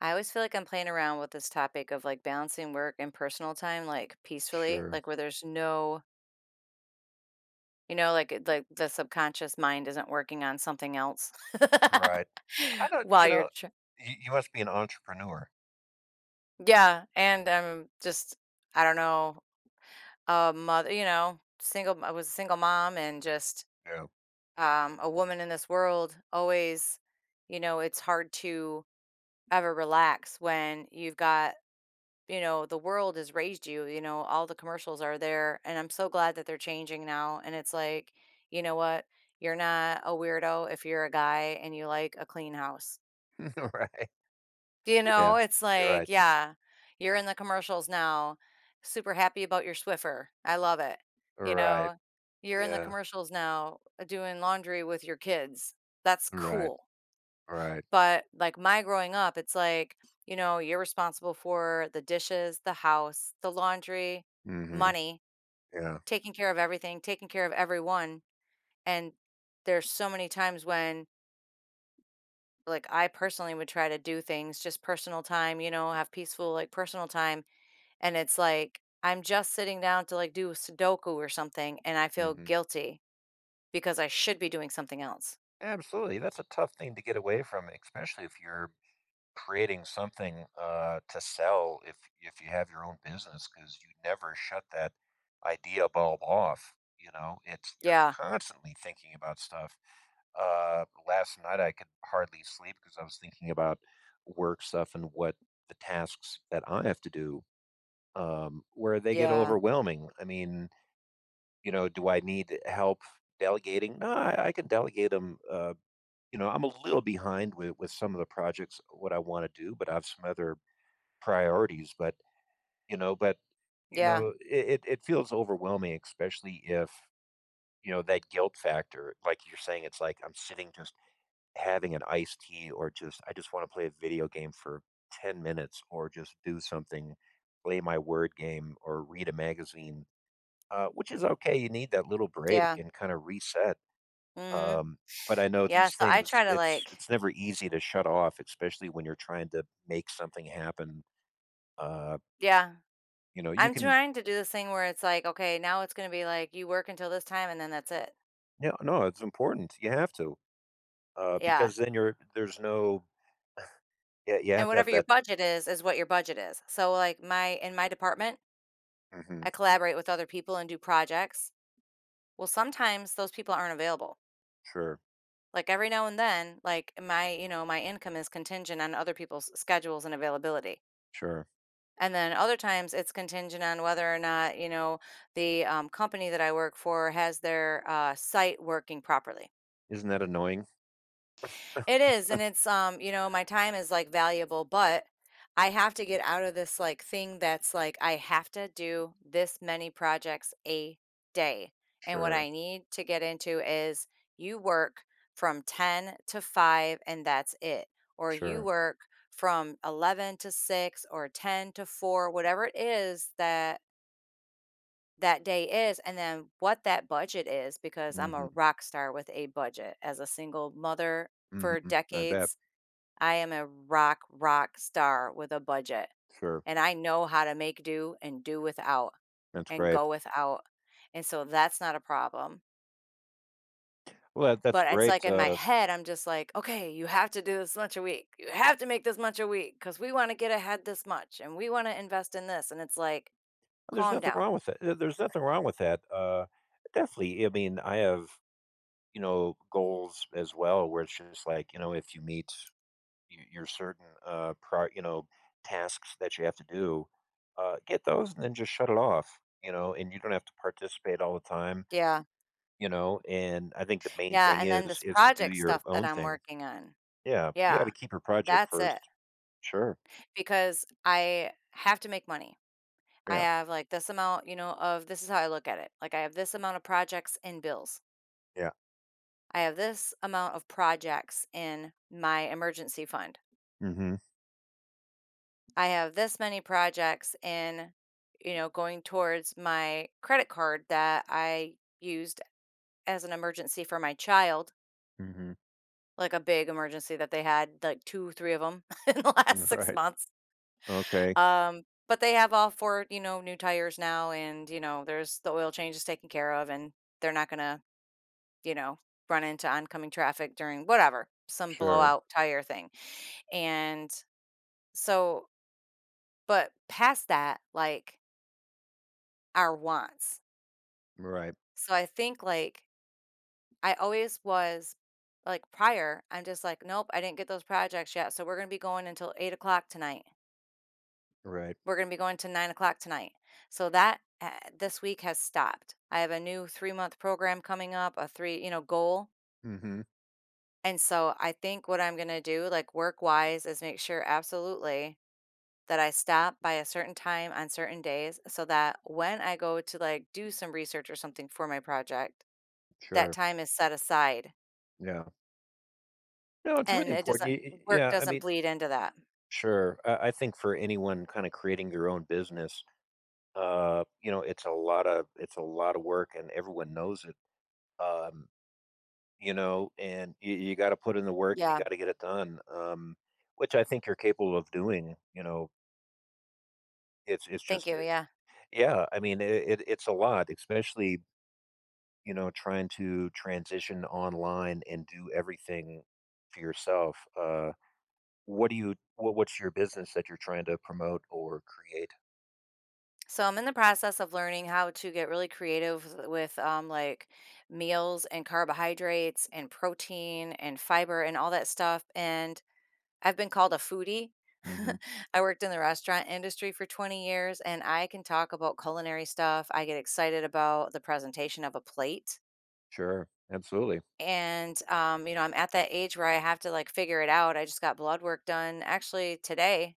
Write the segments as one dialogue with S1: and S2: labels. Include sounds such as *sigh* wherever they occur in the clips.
S1: I always feel like I'm playing around with this topic of like balancing work and personal time, like peacefully,
S2: Sure.
S1: like where there's no, like like the subconscious mind isn't working on something else.
S2: Right. I
S1: *laughs*
S2: don't you
S1: while you're,
S2: know,
S1: tr-
S2: You must be an entrepreneur.
S1: yeah. And I'm just, I don't know, a mother, single. I was a single mom and just
S2: Yeah.
S1: a woman in this world. Always, it's hard to ever relax when you've got, the world has raised you, all the commercials are there. And I'm so glad that they're changing now. And it's like, you know what? You're not a weirdo if you're a guy and you like a clean house.
S2: *laughs* Right. Yeah.
S1: It's
S2: You're
S1: like,
S2: right.
S1: yeah, you're in the commercials now. Super happy about your Swiffer. I love it. You
S2: Right.
S1: know, you're in the
S2: Yeah.
S1: commercials now doing laundry with your kids. That's
S2: Right.
S1: cool.
S2: Right.
S1: But like my growing up, it's like, you're responsible for the dishes, the house, the laundry,
S2: Mm. Mhm.
S1: money,
S2: Yeah.
S1: taking care of everything, taking care of everyone. And there's so many times when like I personally would try to do things just personal time, have peaceful like personal time. And it's like, I'm just sitting down to like do Sudoku or something. And I
S2: Mm.
S1: feel
S2: Mhm.
S1: guilty because I should be doing something else.
S2: Absolutely. That's a tough thing to get away from, especially if you're creating something to sell if you have your own business, because you never shut that idea bulb off, you know. It's you're
S1: Yeah.
S2: constantly thinking about stuff. Last night I could hardly sleep because I was thinking about work stuff and what the tasks that I have to do. Where they get
S1: Yeah.
S2: overwhelming, I mean, you know, do I need help delegating? No I, I can delegate them. You know, I'm a little behind with some of the projects, what I want to do, but I have some other priorities. But, you know but, you
S1: Yeah.
S2: know, it feels overwhelming, especially if, you know, that guilt factor, like you're saying. It's like I'm sitting just having an iced tea, or just I just wanna play a video game for 10 minutes, or just do something, play my word game or read a magazine, which is okay. You need that little break
S1: Yeah.
S2: and kinda reset.
S1: Hmm.
S2: um, but I know
S1: Yeah.
S2: these
S1: So I
S2: things,
S1: try to
S2: it's
S1: like,
S2: it's never easy to shut off, especially when you're trying to make something happen. uh,
S1: yeah,
S2: you
S1: I'm
S2: can.
S1: trying to do this thing where it's like, okay, now it's gonna be like you work until this time and then that's it.
S2: Yeah, no, it's important. You have to,
S1: Yeah.
S2: because then you're there's no. Yeah, you
S1: And
S2: have to have
S1: whatever your
S2: that.
S1: budget is what your budget is. So like my in my department,
S2: Hmm.
S1: I collaborate with other people and do projects. Well, sometimes those people aren't available.
S2: Sure.
S1: Like every now and then, like my income is contingent on other people's schedules and availability.
S2: Sure.
S1: And then other times it's contingent on whether or not, the company that I work for has their site working properly.
S2: Isn't that annoying?
S1: It is, and it's, my time is like valuable, but I have to get out of this, like, thing that's like I have to do this many projects a day, and what
S2: Sure.
S1: I need to get into is you work from 10 to 5 and that's it, or you
S2: Sure.
S1: work from 11 to 6 or 10 to 4, whatever it is that that day is, and then what that budget is, because I'm a
S2: Hmm.
S1: rock star with a budget as a single mother
S2: Hmm,
S1: for
S2: I bet.
S1: decades. I am a rock star with a budget,
S2: Sure,
S1: and I know how to make do and do without
S2: that's
S1: and
S2: great.
S1: go without. And so that's not a problem.
S2: Well, that's
S1: But it's like
S2: great.
S1: in my head, I'm just like, okay, you have to do this much a week. You have to make this much a week because we want to get ahead this much and we want to invest in this. And it's like,
S2: There's
S1: calm
S2: nothing
S1: down.
S2: wrong with that. There's nothing wrong with that. Definitely. I mean, I have, you know, goals as well, where it's just like, you know, if you meet your certain pro you know, tasks that you have to do, get those, and then just shut it off, you know, and you don't have to participate all the time,
S1: Yeah.
S2: you know. And I think the main
S1: Yeah.
S2: thing
S1: And then
S2: is
S1: this
S2: is to do
S1: project
S2: your
S1: stuff that
S2: own
S1: I'm
S2: thing.
S1: working on.
S2: Yeah, you got to
S1: Yeah.
S2: keep your project
S1: That's
S2: first.
S1: it.
S2: Sure.
S1: Because I have to make money. I
S2: Yeah.
S1: have like this amount, of this is how I look at it. Like I have this amount of projects in bills.
S2: Yeah.
S1: I have this amount of projects in my emergency fund.
S2: Mhm.
S1: I have this many projects in, going towards my credit card that I used as an emergency for my child,
S2: Mhm.
S1: like a big emergency that they had, like two, three of them *laughs* in the last
S2: *laughs*
S1: six
S2: Right.
S1: months.
S2: Okay.
S1: But they have all four, new tires now, and there's the oil change is taken care of, and they're not gonna, you know, run into oncoming traffic during whatever, some
S2: Sure.
S1: blowout tire thing. And so, but past that, like our wants.
S2: Right.
S1: So I think like I always was like prior, I'm just like, nope, I didn't get those projects yet. So we're going to be going until 8 o'clock tonight.
S2: Right.
S1: We're going to be going to 9 o'clock tonight. So that, this week has stopped. I have a new 3-month program coming up, a three, goal.
S2: Mhm.
S1: And so I think what I'm going to do, like work wise, is make sure absolutely that I stop by a certain time on certain days so that when I go to like do some research or something for my project, that
S2: Sure.
S1: time is set aside
S2: Yeah, no, it's really
S1: and it
S2: important.
S1: doesn't work
S2: Yeah, I
S1: doesn't
S2: mean,
S1: bleed into that.
S2: sure. I think for anyone kind of creating their own business, you know, it's a lot of, it's a lot of work, and everyone knows it. Um, you know, and you got to put in the work, and you
S1: Yeah.
S2: got to get it done. Which I think you're capable of doing. You know, it's
S1: Thank
S2: just
S1: you. Yeah.
S2: yeah. I mean, it's a lot, especially, you know, trying to transition online and do everything for yourself. What do you what's your business that you're trying to promote or create?
S1: So I'm in the process of learning how to get really creative with like meals and carbohydrates and protein and fiber and all that stuff, and I've been called a foodie.
S2: Hmm.
S1: *laughs* I worked in the restaurant industry for 20 years and I can talk about culinary stuff. I get excited about the presentation of a plate.
S2: Sure, absolutely.
S1: And, I'm at that age where I have to like figure it out. I just got blood work done actually today.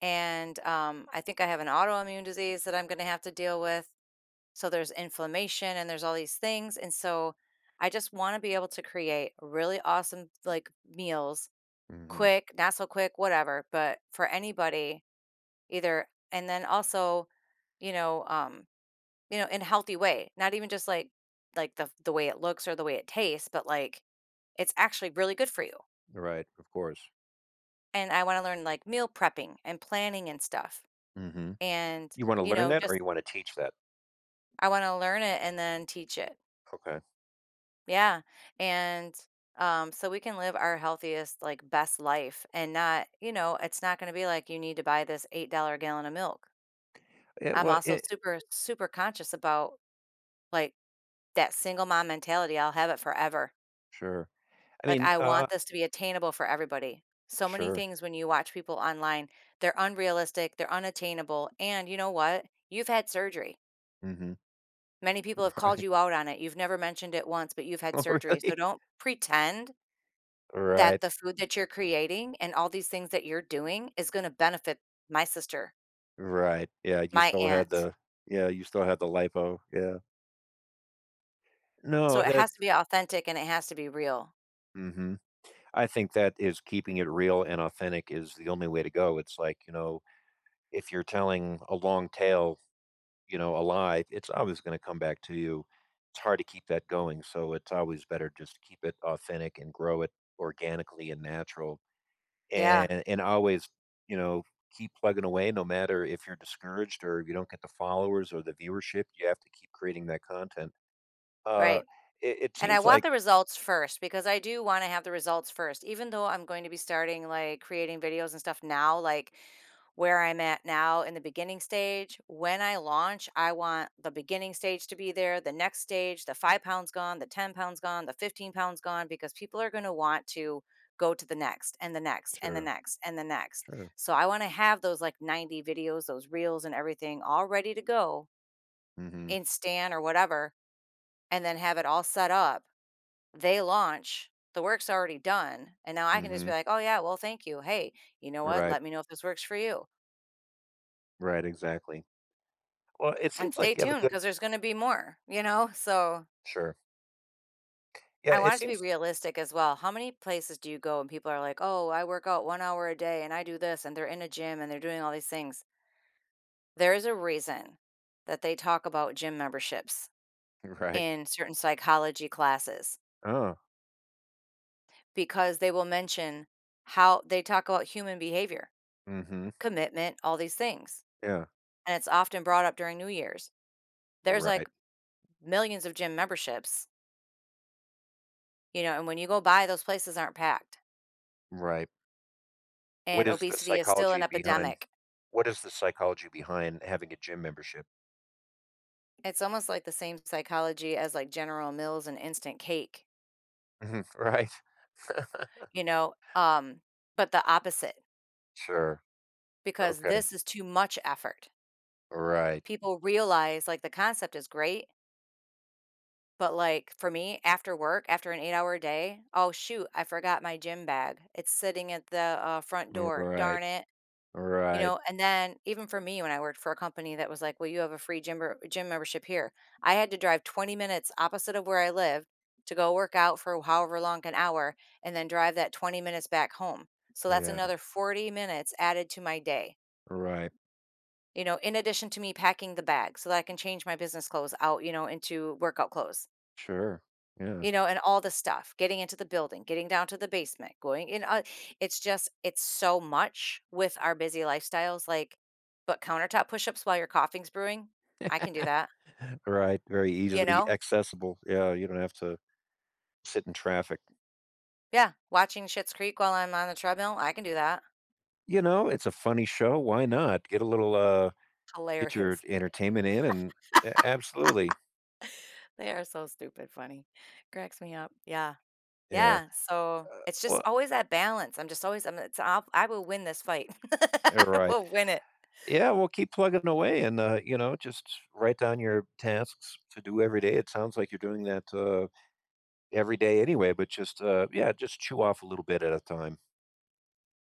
S1: And I think I have an autoimmune disease that I'm going to have to deal with. So there's inflammation and there's all these things. And so I just want to be able to create really awesome like meals,
S2: Hmm.
S1: quick, not so quick, whatever, but for anybody either, and then also, you know, um, in a healthy way, not even just like the way it looks or the way it tastes, but like it's actually really good for you.
S2: Right, of course.
S1: And I want to learn like meal prepping and planning and stuff.
S2: Hmm.
S1: And,
S2: You wanna learn that, or
S1: just
S2: you wanna teach that?
S1: I want to learn it and then teach it.
S2: Okay.
S1: Yeah. And so we can live our healthiest like best life and not, it's not going to be like you need to buy this $8 gallon of milk.
S2: Yeah,
S1: I'm
S2: well,
S1: also
S2: it.
S1: super super conscious about, like, that single mom mentality. I'll have it forever.
S2: Sure. I
S1: Like,
S2: mean,
S1: I
S2: uh,
S1: want this to be attainable for everybody. So many
S2: sure.
S1: things when you watch people online, they're unrealistic, they're unattainable, and you know what? You've had surgery.
S2: Mhm.
S1: Many people have
S2: *laughs*
S1: called
S2: Right.
S1: you out on it. You've never mentioned it once, but you've had
S2: Oh,
S1: surgery. So
S2: really?
S1: don't pretend that
S2: Right.
S1: the food that you're creating and all these things that you're doing is gonna benefit my sister,
S2: Right. Yeah, you
S1: my
S2: still had
S1: aunt.
S2: the. Yeah, you still had the lipo. Yeah.
S1: So
S2: No,
S1: it
S2: that.
S1: has to be authentic and it has to be real.
S2: Mhm. I think that is, keeping it real and authentic is the only way to go. It's like, you know, if you're telling a long tale, you know, a lie, it's always gonna come back to you. It's hard to keep that going, so it's always better just to keep it authentic and grow it organically and natural,
S1: Yeah,
S2: and always, you know, keep plugging away, no matter if you're discouraged or you don't get the followers or the viewership. You have to keep creating that content. uh
S1: right.
S2: it
S1: And I
S2: seems
S1: want
S2: like,
S1: the results first, because I do want to have the results first, even though I'm going to be starting like creating videos and stuff now, like where I'm at now in the beginning stage. When I launch, I want the beginning stage to be there, the next stage, the 5 pounds gone, the 10 pounds gone, the 15 pounds gone, because people are going to want to go to the next and the next and the
S2: sure.
S1: next and the next.
S2: Sure.
S1: So I want to have those like 90 videos, those reels and everything, all ready to go
S2: Mm-hmm.
S1: in Stan or whatever, and then have it all set up. They launch, the work's already done, and now I can just
S2: Mm-hmm.
S1: be like, "Oh, yeah, well, thank you. Hey, you know what?
S2: Right.
S1: Let me know if this works for you,
S2: Right, exactly. Well, it
S1: and
S2: seems
S1: stay
S2: like you have a
S1: tuned
S2: good,
S1: because there's gonna be more," you know? So,
S2: sure. Yeah,
S1: I
S2: it
S1: want it to be
S2: seems.
S1: realistic as well. How many places do you go and people are like, "Oh, I work out 1 hour a day and I do this," and they're in a gym and they're doing all these things. There is a reason that they talk about gym memberships
S2: *laughs* Right.
S1: in certain psychology classes,
S2: Oh.
S1: because they will mention how they talk about human behavior,
S2: Mm-hmm.
S1: commitment, all these things.
S2: Yeah.
S1: And it's often brought up during New Year's. There's like
S2: Right.
S1: millions of gym memberships, and when you go by, those places aren't packed,
S2: Right. What
S1: and
S2: is the
S1: obesity is still
S2: psychology
S1: an
S2: behind,
S1: epidemic.
S2: what is the psychology behind having a gym membership?
S1: It's almost like the same psychology as like General Mills and instant cake,
S2: *laughs* Right.
S1: you know, um, but the opposite,
S2: Sure.
S1: because
S2: Okay.
S1: this is too much effort.
S2: Right.
S1: People realize like the concept is great, but like for me, after work, after an 8-hour day, oh shoot, I forgot my gym bag. It's sitting at the front door.
S2: Right,
S1: Darn it. You
S2: right,
S1: know, and then even for me, when I worked for a company that was like, "Well, you have a free gym membership here." I had to drive 20 minutes opposite of where I lived to go work out for however long, an hour, and then drive that 20 minutes back home. So that's
S2: yeah,
S1: another 40 minutes added to my day,
S2: right,
S1: in addition to me packing the bag so that I can change my business clothes out, into workout clothes.
S2: sure, yeah,
S1: And all the stuff, getting into the building, getting down to the basement, going in, it's just, it's so much with our busy lifestyles, like, but countertop push-ups while your coffee's brewing, I can do that,
S2: right, very
S1: you
S2: easily
S1: know?
S2: accessible, yeah, you don't have to sit in traffic.
S1: Yeah, watching Schitt's Creek while I'm on the treadmill, I can do that.
S2: You know, it's a funny show, why not? Get a little, get your
S1: Hilarious. *laughs*
S2: entertainment in, and a absolutely,
S1: They are so stupid funny. Cracks me up. Yeah.
S2: yeah,
S1: Yeah, so it's just
S2: well,
S1: always that balance. I'm just always, I'm it's I'll I will win this fight. *laughs*
S2: all
S1: I
S2: right,
S1: will win it.
S2: yeah, well, keep plugging away, and, you know, just write down your tasks to do every day. It sounds like you're doing that every day anyway, but just, yeah, just chew off a little bit at a time.